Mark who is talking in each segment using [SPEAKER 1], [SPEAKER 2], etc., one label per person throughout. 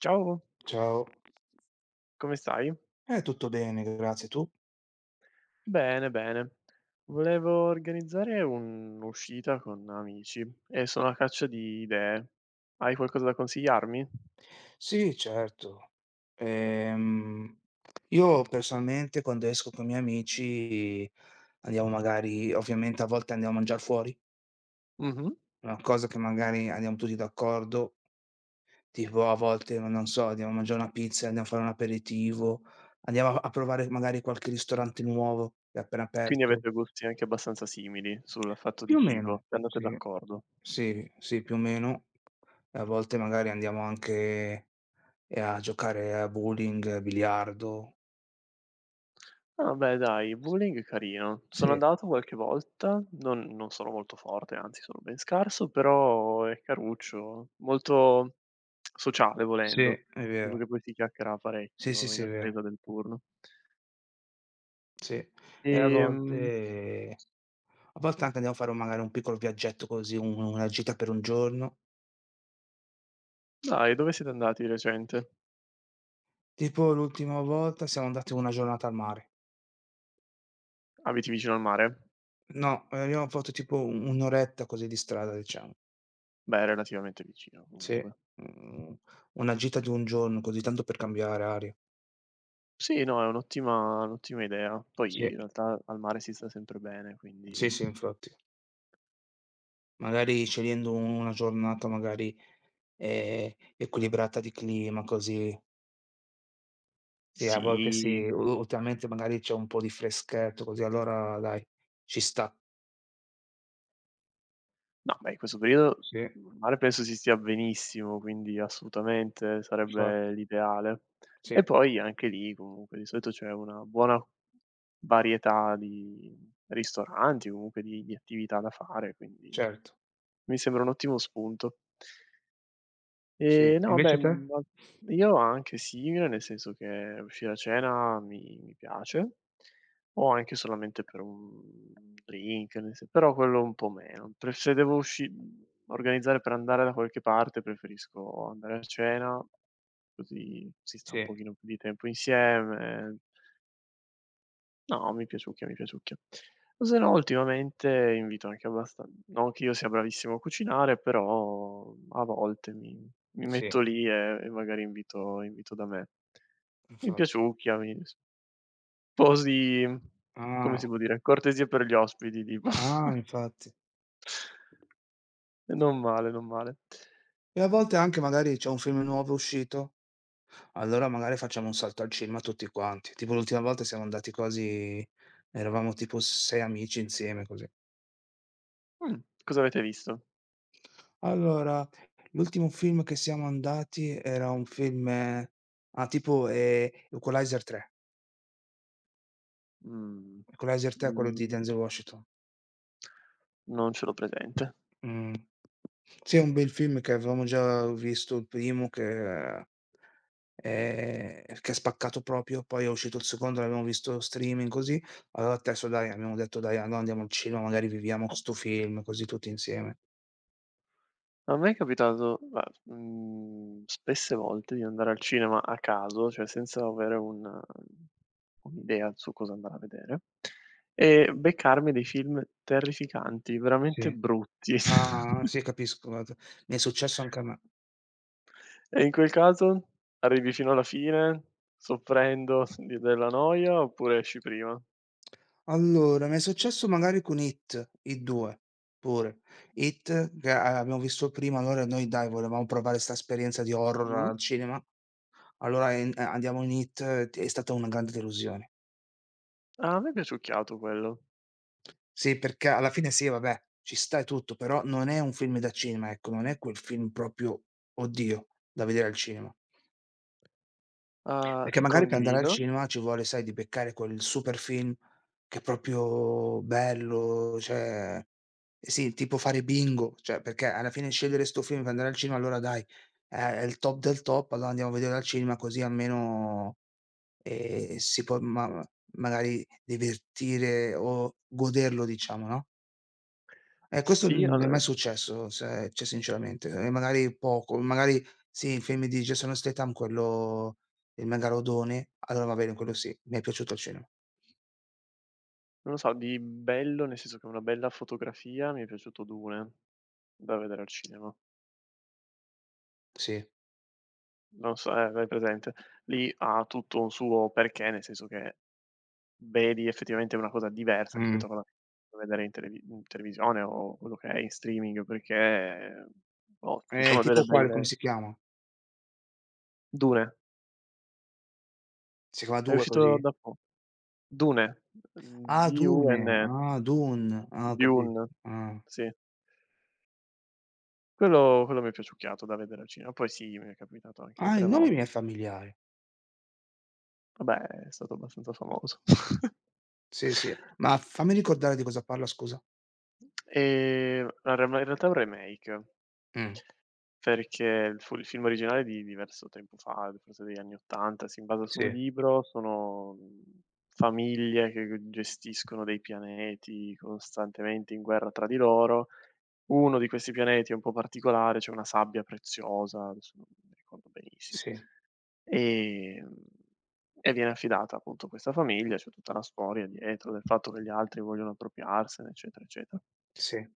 [SPEAKER 1] Ciao,
[SPEAKER 2] Ciao.
[SPEAKER 1] come stai?
[SPEAKER 2] Tutto bene, grazie. Tu?
[SPEAKER 1] Bene, bene. Volevo organizzare un'uscita con amici e sono a caccia di idee. Hai qualcosa da consigliarmi?
[SPEAKER 2] Sì, certo. Ehm, io personalmente quando esco con i miei amici andiamo magari ovviamente a volte andiamo a mangiar fuori,
[SPEAKER 1] Mh-mh.
[SPEAKER 2] una cosa che magari andiamo tutti d'accordo, tipo a volte, ma non so, andiamo a mangiare una pizza, andiamo a fare un aperitivo, andiamo a provare magari qualche ristorante nuovo che è appena
[SPEAKER 1] Quindi
[SPEAKER 2] aperto.
[SPEAKER 1] avete gusti anche abbastanza simili sul fatto di
[SPEAKER 2] Più o
[SPEAKER 1] cibo,
[SPEAKER 2] meno,
[SPEAKER 1] e andate
[SPEAKER 2] sì.
[SPEAKER 1] d'accordo.
[SPEAKER 2] Sì, sì, più o meno. E a volte magari andiamo anche a giocare a bowling, biliardo.
[SPEAKER 1] Ah beh dai,
[SPEAKER 2] S
[SPEAKER 1] bowling è carino. Sono
[SPEAKER 2] sì,
[SPEAKER 1] andato qualche volta, non sono molto forte, anzi sono ben scarso, però è caruccio, molto sociale
[SPEAKER 2] sì,
[SPEAKER 1] volendo,
[SPEAKER 2] è
[SPEAKER 1] nel senso che
[SPEAKER 2] vero.
[SPEAKER 1] poi si chiacchiera
[SPEAKER 2] Sì, sì,
[SPEAKER 1] parecchio in
[SPEAKER 2] sì, è vero.
[SPEAKER 1] attesa del turno.
[SPEAKER 2] Sì. E a
[SPEAKER 1] Ehm,
[SPEAKER 2] volte a volte anche andiamo a fare un magari un piccolo viaggetto così, un una gita per un giorno.
[SPEAKER 1] Dai, dove siete andati di recente?
[SPEAKER 2] Tipo l'ultima volta siamo andati una giornata al mare.
[SPEAKER 1] Abiti vicino al mare?
[SPEAKER 2] No, abbiamo fatto tipo u un'oretta così di strada, diciamo.
[SPEAKER 1] Beh, relativamente vicino
[SPEAKER 2] Sì,
[SPEAKER 1] comunque.
[SPEAKER 2] mhmm, una gita di un giorno così tanto per cambiare aria.
[SPEAKER 1] Sì, no, è un'ottima idea. Poi in
[SPEAKER 2] Sì.
[SPEAKER 1] realtà al mare si sta sempre bene,
[SPEAKER 2] Sì,
[SPEAKER 1] quindi
[SPEAKER 2] sì, infatti. Magari scegliendo una giornata magari equilibrata di clima così. Sì, a volte
[SPEAKER 1] sì.
[SPEAKER 2] sì, u ultimamente magari c'è un po' di freschetto così, allora dai, ci sta.
[SPEAKER 1] No, beh, in questo periodo
[SPEAKER 2] Sì,
[SPEAKER 1] il mare penso si stia benissimo, quindi assolutamente sarebbe
[SPEAKER 2] infatti.
[SPEAKER 1] l'ideale.
[SPEAKER 2] Sì,
[SPEAKER 1] E poi anche lì comunque di solito c'è una buona varietà di ristoranti, comunque di attività da fare, quindi
[SPEAKER 2] certo.
[SPEAKER 1] mi sembra un ottimo spunto.
[SPEAKER 2] Sì.
[SPEAKER 1] No beh,
[SPEAKER 2] Invece te?
[SPEAKER 1] ma io anche simile, nel senso che uscire a cena mi piace, o anche solamente per un drink, nel sen però quello un po' meno. Pre se devo usci mhmm, organizzare per andare da qualche parte, preferisco andare a cena, così si sta un
[SPEAKER 2] Sì,
[SPEAKER 1] pochino più di tempo insieme. No, mi piaciucchia, mi piaciucchia. O se no ultimamente invito anche abbastan non che io sia bravissimo a cucinare, però a volte mi
[SPEAKER 2] sì,
[SPEAKER 1] metto lì e magari invito da me. Mi
[SPEAKER 2] infatti.
[SPEAKER 1] piaciucchia, mi sposi come si
[SPEAKER 2] Ah,
[SPEAKER 1] può dire, cortesie per gli ospiti tipo.
[SPEAKER 2] ah, infatti.
[SPEAKER 1] E non male, non male.
[SPEAKER 2] E a volte anche magari c'è un film nuovo uscito, allora magari facciamo un salto al cinema tutti quanti. Tipo l'ultima volta siamo andati quasi eravamo tipo 6 amici insieme, così.
[SPEAKER 1] Mh, cosa avete visto?
[SPEAKER 2] Allora, l'ultimo film che siamo andati era un film ah, tipo, Equalizer 3.
[SPEAKER 1] Mhmm,
[SPEAKER 2] Equalizer 3 quello di
[SPEAKER 1] mhmm,
[SPEAKER 2] Denzel Washington.
[SPEAKER 1] non ce l'ho presente.
[SPEAKER 2] Mh. Sì, è un bel film che avevamo già visto il primo che ha spaccato proprio, poi è uscito il secondo, l'abbiamo visto streaming così, allora il terzo dai, abbiamo detto: "Dai, allora andiamo al cinema, magari viviamo sto film così tutti insieme."
[SPEAKER 1] A me è capitato, ma, spesse volte di andare al cinema a caso, cioè senza avere un'idea su cosa andare a vedere, e beccarmi dei film terrificanti, veramente
[SPEAKER 2] Sì.
[SPEAKER 1] brutti.
[SPEAKER 2] Ah, sì capisco, guarda. Mi è successo anche a me.
[SPEAKER 1] E in quel caso arrivi fino alla fine, soffrendo di della noia, oppure esci prima?
[SPEAKER 2] Allora, mi è successo magari con It, It 2 pure. It che a abbiamo visto prima, allora noi dai volevamo provare 'sta esperienza di horror
[SPEAKER 1] Mh?
[SPEAKER 2] al cinema, allora en andiamo in It, è stata una grande delusione.
[SPEAKER 1] Ah, a me è piaciucchiato quello.
[SPEAKER 2] Sì, perché alla fine sì, vabbè, ci sta e tutto, però non è un film da cinema, ecco, non è quel film proprio, oddio, da vedere al cinema. Perché magari per andare al
[SPEAKER 1] Condivido.
[SPEAKER 2] cinema ci vuole, sai, di beccare quel super film che è proprio bello, cioè eh sì, tipo fare bingo, cioè perché alla fine scegliere 'sto film per andare al cinema, allora dai, è il top del top, allora andiamo a vederlo al cinema così almeno, si può ma magari divertire o goderlo diciamo, no? Questo
[SPEAKER 1] Sì,
[SPEAKER 2] non è mai
[SPEAKER 1] al
[SPEAKER 2] successo, se cioè sinceramente, e magari poco, magari sì, il film di Jason Statham, quello Il megalodone, allora va bene, quello sì, mi è piaciuto al cinema,
[SPEAKER 1] non lo so, di bello, nel senso che una bella fotografia, mi è piaciuto Dune, da vedere al cinema.
[SPEAKER 2] sì.
[SPEAKER 1] Non so, hai presente? Lì ha tutto un suo perché, nel senso che vedi effettivamente una cosa diversa
[SPEAKER 2] Mh.
[SPEAKER 1] rispetto a quella che puoi vedere in televisione o quello che è in streaming, perché, boh, ci sono delle
[SPEAKER 2] Tipo quale, come
[SPEAKER 1] belle.
[SPEAKER 2] si chiama?
[SPEAKER 1] Dune,
[SPEAKER 2] Si chiama
[SPEAKER 1] è
[SPEAKER 2] Dune
[SPEAKER 1] uscito da
[SPEAKER 2] così?
[SPEAKER 1] po Dune,
[SPEAKER 2] Ah, Dune,
[SPEAKER 1] Dune,
[SPEAKER 2] ah, Dune, ah, ho capito,
[SPEAKER 1] Dune,
[SPEAKER 2] ah.
[SPEAKER 1] sì. Quello mi è piacciucchiato da vedere al cinema. Poi sì, mi è capitato anche
[SPEAKER 2] Ah,
[SPEAKER 1] altre
[SPEAKER 2] il nome
[SPEAKER 1] vol
[SPEAKER 2] mi è familiare.
[SPEAKER 1] Vabbè, è stato abbastanza famoso.
[SPEAKER 2] Sì, sì, ma fammi ricordare di cosa parla scusa.
[SPEAKER 1] Allora ma in realtà è un remake,
[SPEAKER 2] Mh,
[SPEAKER 1] perché il film originale è di diverso tempo fa, forse degli anni '80, si basa su
[SPEAKER 2] sì,
[SPEAKER 1] un libro, sono, famiglie che g gestiscono dei pianeti costantemente in guerra tra di loro. Uno di questi pianeti è un po' particolare, c'è una sabbia preziosa, adesso non mi ricordo benissimo.
[SPEAKER 2] sì,
[SPEAKER 1] Ehm, e viene affidata appunto a questa famiglia, c'è tutta una storia dietro del fatto che gli altri vogliono appropriarsene, eccetera, eccetera.
[SPEAKER 2] sì.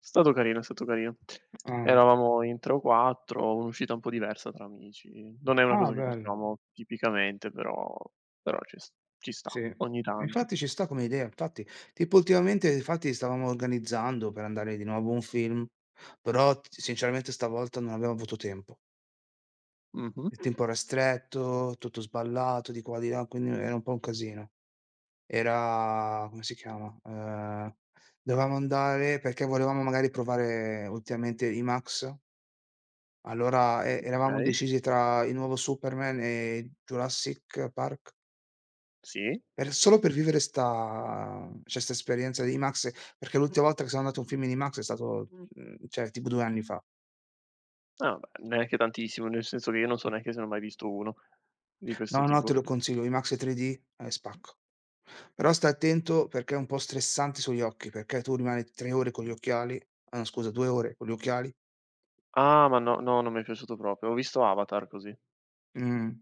[SPEAKER 1] È stato carino, è stato carino.
[SPEAKER 2] Ah,
[SPEAKER 1] Eravamo in 3 o 4, un'uscita un po' diversa tra amici. Non è una
[SPEAKER 2] ah
[SPEAKER 1] cosa che
[SPEAKER 2] bello.
[SPEAKER 1] facciamo tipicamente, però ci sta
[SPEAKER 2] Sì.
[SPEAKER 1] ogni tanto.
[SPEAKER 2] Infatti ci sta come idea, infatti. Tipo ultimamente infatti stavamo organizzando per andare di nuovo a un film, però t sinceramente stavolta non abbiamo avuto tempo.
[SPEAKER 1] Mh-mh.
[SPEAKER 2] Il tempo era stretto, tutto sballato di qua di là, quindi era un po' un casino. Era come si chiama? Dovevamo andare perché volevamo magari provare ultimamente IMAX, allora eravamo
[SPEAKER 1] Okay,
[SPEAKER 2] decisi tra il nuovo Superman e Jurassic Park.
[SPEAKER 1] sì.
[SPEAKER 2] Per solo per vivere 'sta cioè 'sta esperienza di IMAX, perché l'ultima volta che sono andato a un film in IMAX è stato, cioè tipo 2 anni fa.
[SPEAKER 1] Ah beh, neanche tantissimo, nel senso che io non so neanche se ne ho mai visto uno di questo
[SPEAKER 2] No, no,
[SPEAKER 1] tipo.
[SPEAKER 2] te lo consiglio, IMAX 3D è spacco. Però stai attento perché è un po' stressante sugli occhi, perché tu rimani 3 ore con gli occhiali ah no scusa, 2 ore con gli occhiali.
[SPEAKER 1] Ah, ma no, no, non mi è piaciuto proprio. Ho visto Avatar così.
[SPEAKER 2] Mh.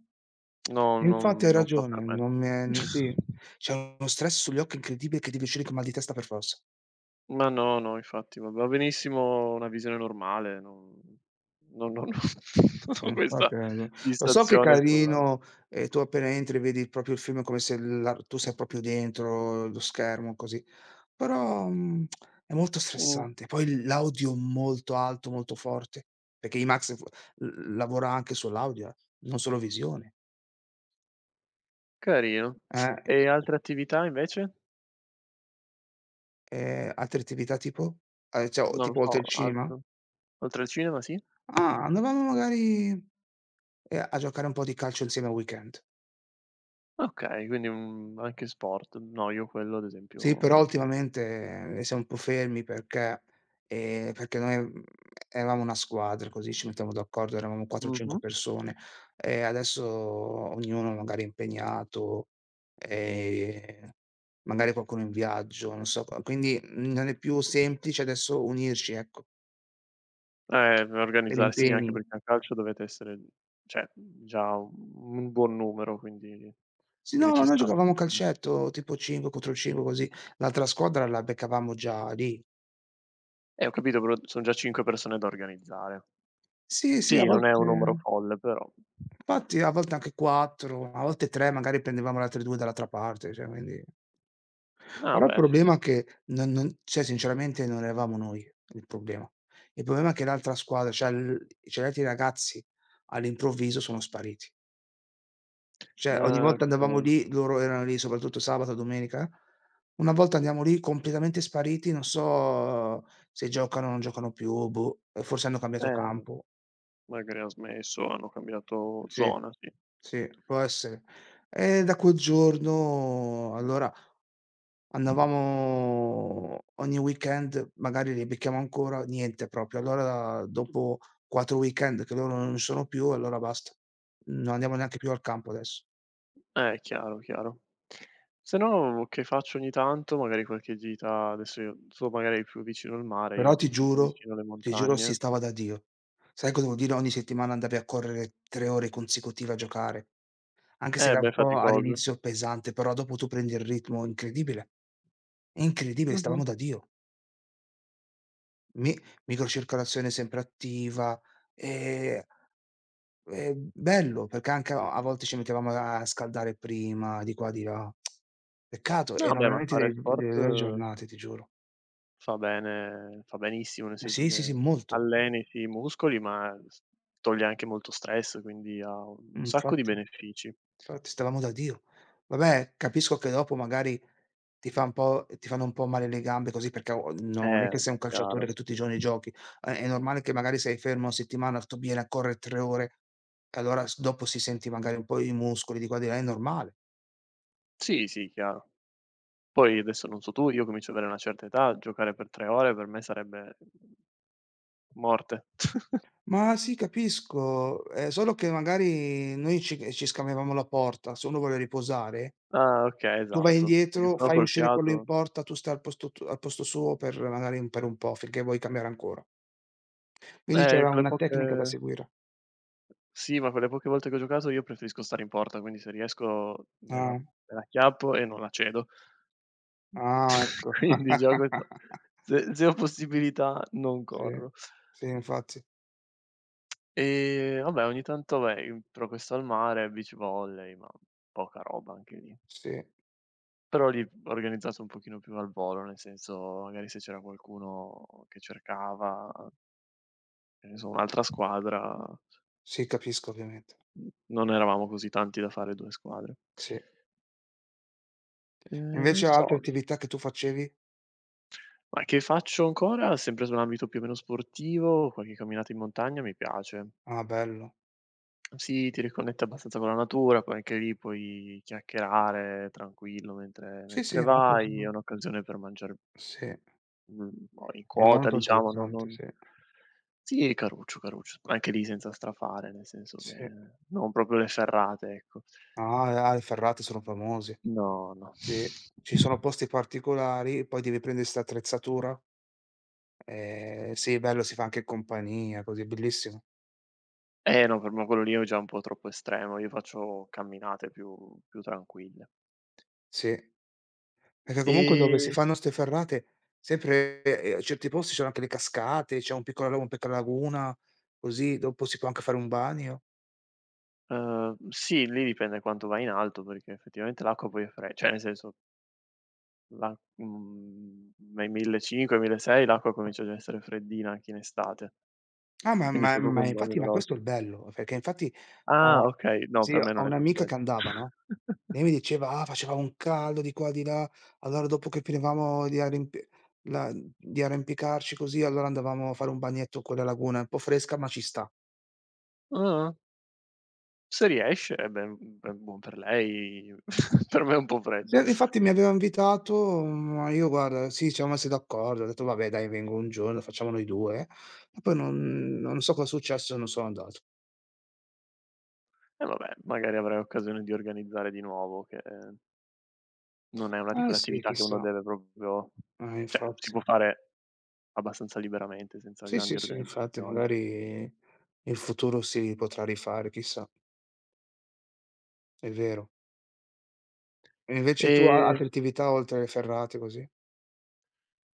[SPEAKER 1] No, non
[SPEAKER 2] Infatti hai
[SPEAKER 1] non fa per
[SPEAKER 2] ragione,
[SPEAKER 1] me.
[SPEAKER 2] non mi è n sì, c'è uno stress sugli occhi incredibile che devi uscire con mal di testa per forza.
[SPEAKER 1] Ma no, no, infatti va benissimo una visione normale, non non ho questa
[SPEAKER 2] Infatti hai ragione. Lo so che è
[SPEAKER 1] fissazione sulla.
[SPEAKER 2] carino e tu appena entri vedi proprio il film come se la tu sei proprio dentro lo schermo così, però, è molto
[SPEAKER 1] Mh,
[SPEAKER 2] stressante. Poi l'audio molto alto, molto forte, perché IMAX f l lavora anche sull'audio, non solo visione.
[SPEAKER 1] carino.
[SPEAKER 2] Eh,
[SPEAKER 1] E altre attività invece?
[SPEAKER 2] altre attività tipo? Cioè o
[SPEAKER 1] Non lo
[SPEAKER 2] tipo oltre
[SPEAKER 1] so,
[SPEAKER 2] il cinema?
[SPEAKER 1] altro oltre al cinema, sì?
[SPEAKER 2] Ah, andavamo magari, a giocare un po' di calcio insieme al weekend.
[SPEAKER 1] Okay, quindi, anche sport. No, io quello ad esempio
[SPEAKER 2] Sì, però
[SPEAKER 1] no.
[SPEAKER 2] ultimamente, siamo un po' fermi perché perché noi, eravamo una squadra, così ci mettiamo d'accordo, eravamo 4, 5
[SPEAKER 1] Mh-mh.
[SPEAKER 2] persone e adesso ognuno magari è impegnato, ehm, magari qualcuno è in viaggio, non so, q quindi non è più semplice adesso unirci, ecco, per
[SPEAKER 1] Organizzarsi anche
[SPEAKER 2] impegni.
[SPEAKER 1] perché a calcio dovete essere, cioè già un buon numero, quindi
[SPEAKER 2] Sì,
[SPEAKER 1] quindi
[SPEAKER 2] no, ma
[SPEAKER 1] ci
[SPEAKER 2] noi
[SPEAKER 1] sta.
[SPEAKER 2] giocavamo a calcetto tipo 5 contro 5 così, l'altra squadra la beccavamo già lì.
[SPEAKER 1] Ho capito, però son già 5 persone da organizzare.
[SPEAKER 2] Sì, sì, a
[SPEAKER 1] Sì, non è un numero
[SPEAKER 2] volte
[SPEAKER 1] folle, però
[SPEAKER 2] Infatti a volte anche 4, a volte 3, magari prendevamo le altre 2 dall'altra parte, cioè quindi
[SPEAKER 1] ah,
[SPEAKER 2] però il
[SPEAKER 1] beh, sì.
[SPEAKER 2] problema è che non cioè sinceramente non eravamo noi il problema. Il problema è che l'altra squadra, cioè l cioè gli altri ragazzi all'improvviso sono spariti. Cioè ogni
[SPEAKER 1] Ah,
[SPEAKER 2] volta andavamo
[SPEAKER 1] okay.
[SPEAKER 2] lì, loro erano lì, soprattutto sabato, domenica. Una volta andiamo lì completamente spariti, non so se giocano, non giocano più, boh, forse hanno cambiato
[SPEAKER 1] Eh,
[SPEAKER 2] campo.
[SPEAKER 1] magari han smesso, hanno cambiato
[SPEAKER 2] Sì.
[SPEAKER 1] zona, sì.
[SPEAKER 2] Sì, può essere. E da quel giorno allora andavamo ogni weekend, magari li becchiamo ancora, niente proprio. Allora dopo 4 weekend che loro non ci sono più, allora basta. Non andiamo neanche più al campo adesso.
[SPEAKER 1] Chiaro, chiaro. Se no che faccio ogni tanto, magari qualche gita adesso, io tu magari più vicino al mare, io
[SPEAKER 2] Però
[SPEAKER 1] un pochino più vicino alle
[SPEAKER 2] ti giuro si
[SPEAKER 1] montagne.
[SPEAKER 2] stava da Dio. Sai cosa vuol dire ogni settimana andavi a correre 3 ore consecutive a giocare? Anche se era un
[SPEAKER 1] Beh,
[SPEAKER 2] po'
[SPEAKER 1] faticoso.
[SPEAKER 2] all'inizio pesante, però dopo tu prendi il ritmo incredibile. È incredibile, stavamo
[SPEAKER 1] Mh-mh.
[SPEAKER 2] da Dio. Mi microcircolazione sempre attiva, ehm bello, perché anche a volte ci mettevamo a scaldare prima, di qua di là. Peccato,
[SPEAKER 1] No,
[SPEAKER 2] erano
[SPEAKER 1] beh, ma
[SPEAKER 2] veramente
[SPEAKER 1] fare
[SPEAKER 2] de
[SPEAKER 1] sport.
[SPEAKER 2] delle belle giornate, ti giuro.
[SPEAKER 1] Fa bene, fa benissimo, nel
[SPEAKER 2] Eh
[SPEAKER 1] senso
[SPEAKER 2] sì, sì, sì,
[SPEAKER 1] che
[SPEAKER 2] molto.
[SPEAKER 1] alleni sì i muscoli, ma s toglie anche molto stress, quindi ha un sacco di
[SPEAKER 2] Infatti
[SPEAKER 1] benefici.
[SPEAKER 2] Infatti stavamo da Dio. Vabbè, capisco che dopo magari ti fanno un po' male le gambe così perché o non è
[SPEAKER 1] Eh
[SPEAKER 2] che sei
[SPEAKER 1] vabbè,
[SPEAKER 2] un calciatore
[SPEAKER 1] chiaro.
[SPEAKER 2] che tutti i giorni giochi. È normale che magari sei fermo 1 settimana, tu vieni a correre 3 ore, e allora s dopo si senti magari un po' i muscoli di qua e di là, è normale.
[SPEAKER 1] Sì, sì, chiaro. Poi adesso non so tu, io comincio ad avere una certa età, giocare per 3 ore per me sarebbe morte.
[SPEAKER 2] Ma sì, capisco, è solo che magari noi ci scambiavamo la porta, se uno vuole riposare,
[SPEAKER 1] Ah okay,
[SPEAKER 2] tu vai
[SPEAKER 1] esatto, perché
[SPEAKER 2] indietro,
[SPEAKER 1] se no
[SPEAKER 2] fai
[SPEAKER 1] col
[SPEAKER 2] uscire quello in
[SPEAKER 1] fiato,
[SPEAKER 2] porta, tu stai al posto suo per magari per un po' finché vuoi cambiare ancora. Quindi c'era
[SPEAKER 1] quelle
[SPEAKER 2] una tecnica da
[SPEAKER 1] poche,
[SPEAKER 2] seguire.
[SPEAKER 1] sì, ma quelle poche volte che ho giocato io preferisco stare in porta, quindi se riesco me la,
[SPEAKER 2] Ah,
[SPEAKER 1] me la acchiappo e non la cedo.
[SPEAKER 2] ah ecco.
[SPEAKER 1] Quindi già questo, se ho possibilità non
[SPEAKER 2] Sì,
[SPEAKER 1] corro.
[SPEAKER 2] sì infatti.
[SPEAKER 1] E vabbè ogni tanto vabbè, però questo al mare, beach volley, ma poca roba anche lì.
[SPEAKER 2] Sì,
[SPEAKER 1] Però lì organizzato un pochino più al volo, nel senso magari se c'era qualcuno che cercava, che ne so, un'altra squadra,
[SPEAKER 2] sì capisco ovviamente.
[SPEAKER 1] n non eravamo così tanti da fare 2 squadre.
[SPEAKER 2] Sì. E
[SPEAKER 1] Non
[SPEAKER 2] invece
[SPEAKER 1] so,
[SPEAKER 2] altre attività che tu facevi?
[SPEAKER 1] ma che faccio ancora, sempre sull'ambito più o meno sportivo, qualche camminata in montagna mi piace.
[SPEAKER 2] Ah bello.
[SPEAKER 1] Sì, ti riconnette abbastanza con la natura, poi anche lì puoi chiacchierare tranquillo mentre
[SPEAKER 2] Sì, sì,
[SPEAKER 1] mentre
[SPEAKER 2] è molto
[SPEAKER 1] vai, è
[SPEAKER 2] simile.
[SPEAKER 1] un'occasione per mangiare,
[SPEAKER 2] Sì, è
[SPEAKER 1] mhmm, in quota
[SPEAKER 2] molto
[SPEAKER 1] diciamo, no
[SPEAKER 2] interessante,
[SPEAKER 1] non
[SPEAKER 2] sì,
[SPEAKER 1] sì, caruccio, caruccio, anche lì senza strafare, nel senso che
[SPEAKER 2] sì.
[SPEAKER 1] non proprio le ferrate, ecco.
[SPEAKER 2] Ah, ah, i ferrati sono famosi.
[SPEAKER 1] No, no.
[SPEAKER 2] Sì. Ci sono posti particolari, poi devi prendere 'sta attrezzatura. Sì bello, si fa anche in compagnia, così, bellissimo.
[SPEAKER 1] Eh no, per me quello lì è già un po' troppo estremo, io faccio camminate più tranquille.
[SPEAKER 2] Sì. Perché comunque dove si
[SPEAKER 1] E,
[SPEAKER 2] fanno 'ste ferrate sempre, certi posti c'hanno anche le cascate, c'è un piccolo lago, una piccola laguna, così dopo si può anche fare un bagno.
[SPEAKER 1] sì, lì dipende quanto vai in alto, perché effettivamente l'acqua poi è fre cioè nel senso. Nei 1500, 1600 l'acqua comincia già a essere freddina anche in estate,
[SPEAKER 2] Ah, ma
[SPEAKER 1] quindi
[SPEAKER 2] ma
[SPEAKER 1] fai proprio
[SPEAKER 2] ma
[SPEAKER 1] un bagno
[SPEAKER 2] infatti ma questo
[SPEAKER 1] veloce.
[SPEAKER 2] è il bello, perché infatti
[SPEAKER 1] Ah,
[SPEAKER 2] ho
[SPEAKER 1] okay, no
[SPEAKER 2] sì,
[SPEAKER 1] per me
[SPEAKER 2] ho
[SPEAKER 1] non è tanto
[SPEAKER 2] un'amica
[SPEAKER 1] bello.
[SPEAKER 2] che andava, no, lei mi diceva: "Ah, faceva un caldo di qua, di là". Allora dopo che finivamo di arrimpi la di arrampicarci così, allora andavamo a fare un bagnetto con la laguna, un po' fresca, ma ci sta.
[SPEAKER 1] Ah, se riesce eh beh, ben buon per lei, per me è un po'
[SPEAKER 2] Sì,
[SPEAKER 1] fredda.
[SPEAKER 2] infatti mi aveva invitato, ma io guarda sì, ci siamo messi d'accordo, ho detto: "Vabbè dai vengo un giorno, facciamo noi 2". E poi non so cosa è successo, non sono andato.
[SPEAKER 1] E vabbè, magari avrai occasione di organizzare di nuovo, che non è una di
[SPEAKER 2] Eh
[SPEAKER 1] quelle
[SPEAKER 2] sì,
[SPEAKER 1] attività che uno
[SPEAKER 2] chissà.
[SPEAKER 1] deve proprio, cioè si
[SPEAKER 2] Infatti.
[SPEAKER 1] può fare abbastanza liberamente senza
[SPEAKER 2] Sì,
[SPEAKER 1] grandi
[SPEAKER 2] sì, sì, infatti
[SPEAKER 1] organizzazioni.
[SPEAKER 2] magari in futuro si potrà rifare, chissà, è vero. E invece tu a
[SPEAKER 1] E
[SPEAKER 2] altre attività oltre le ferrate così?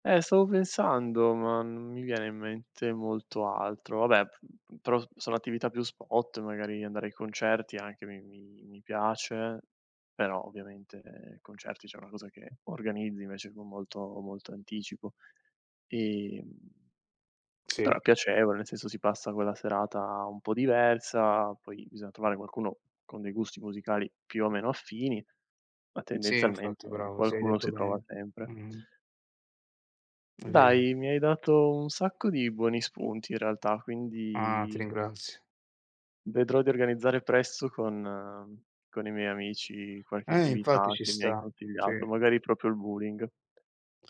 [SPEAKER 1] Stavo pensando, ma non mi viene in mente molto altro. Vabbè, p però sono attività più spot, magari andare ai concerti anche mi piace, però ovviamente concerti, cioè è una cosa che organizzi invece con molto molto anticipo. Ehm,
[SPEAKER 2] Sì,
[SPEAKER 1] Però è piacevole, nel senso si passa quella serata un po' diversa, poi bisogna trovare qualcuno con dei gusti musicali più o meno affini, ma
[SPEAKER 2] sì infatti
[SPEAKER 1] tendenzialmente
[SPEAKER 2] bravo, sì hai
[SPEAKER 1] qualcuno
[SPEAKER 2] detto
[SPEAKER 1] si trova
[SPEAKER 2] bene.
[SPEAKER 1] sempre.
[SPEAKER 2] Mh, è vero.
[SPEAKER 1] Dai, mi hai dato un sacco di buoni spunti in realtà,
[SPEAKER 2] Ah, ti
[SPEAKER 1] quindi
[SPEAKER 2] ringrazio.
[SPEAKER 1] vedrò di organizzare presto con i miei amici qualche
[SPEAKER 2] Eh infatti
[SPEAKER 1] attività
[SPEAKER 2] ci
[SPEAKER 1] che mi hai
[SPEAKER 2] sta, sì.
[SPEAKER 1] consigliato, magari proprio il bowling.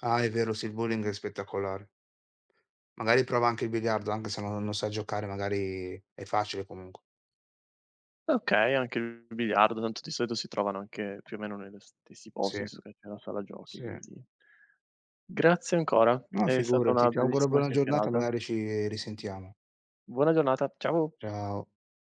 [SPEAKER 2] Ah è vero, sì, il bowling è spettacolare. Magari prova anche il biliardo, anche se non sai giocare, magari è facile comunque.
[SPEAKER 1] Okay, anche il biliardo, tanto di solito si trovano anche più o meno nello stessi
[SPEAKER 2] Sì,
[SPEAKER 1] posti, nel senso che c'è la sala giochi,
[SPEAKER 2] sì.
[SPEAKER 1] quindi grazie ancora,
[SPEAKER 2] No,
[SPEAKER 1] è stata
[SPEAKER 2] figurati,
[SPEAKER 1] una
[SPEAKER 2] ti auguro
[SPEAKER 1] bellissima
[SPEAKER 2] buona giornata,
[SPEAKER 1] chiacchierata.
[SPEAKER 2] magari ci risentiamo.
[SPEAKER 1] Buona giornata, ciao.
[SPEAKER 2] Ciao.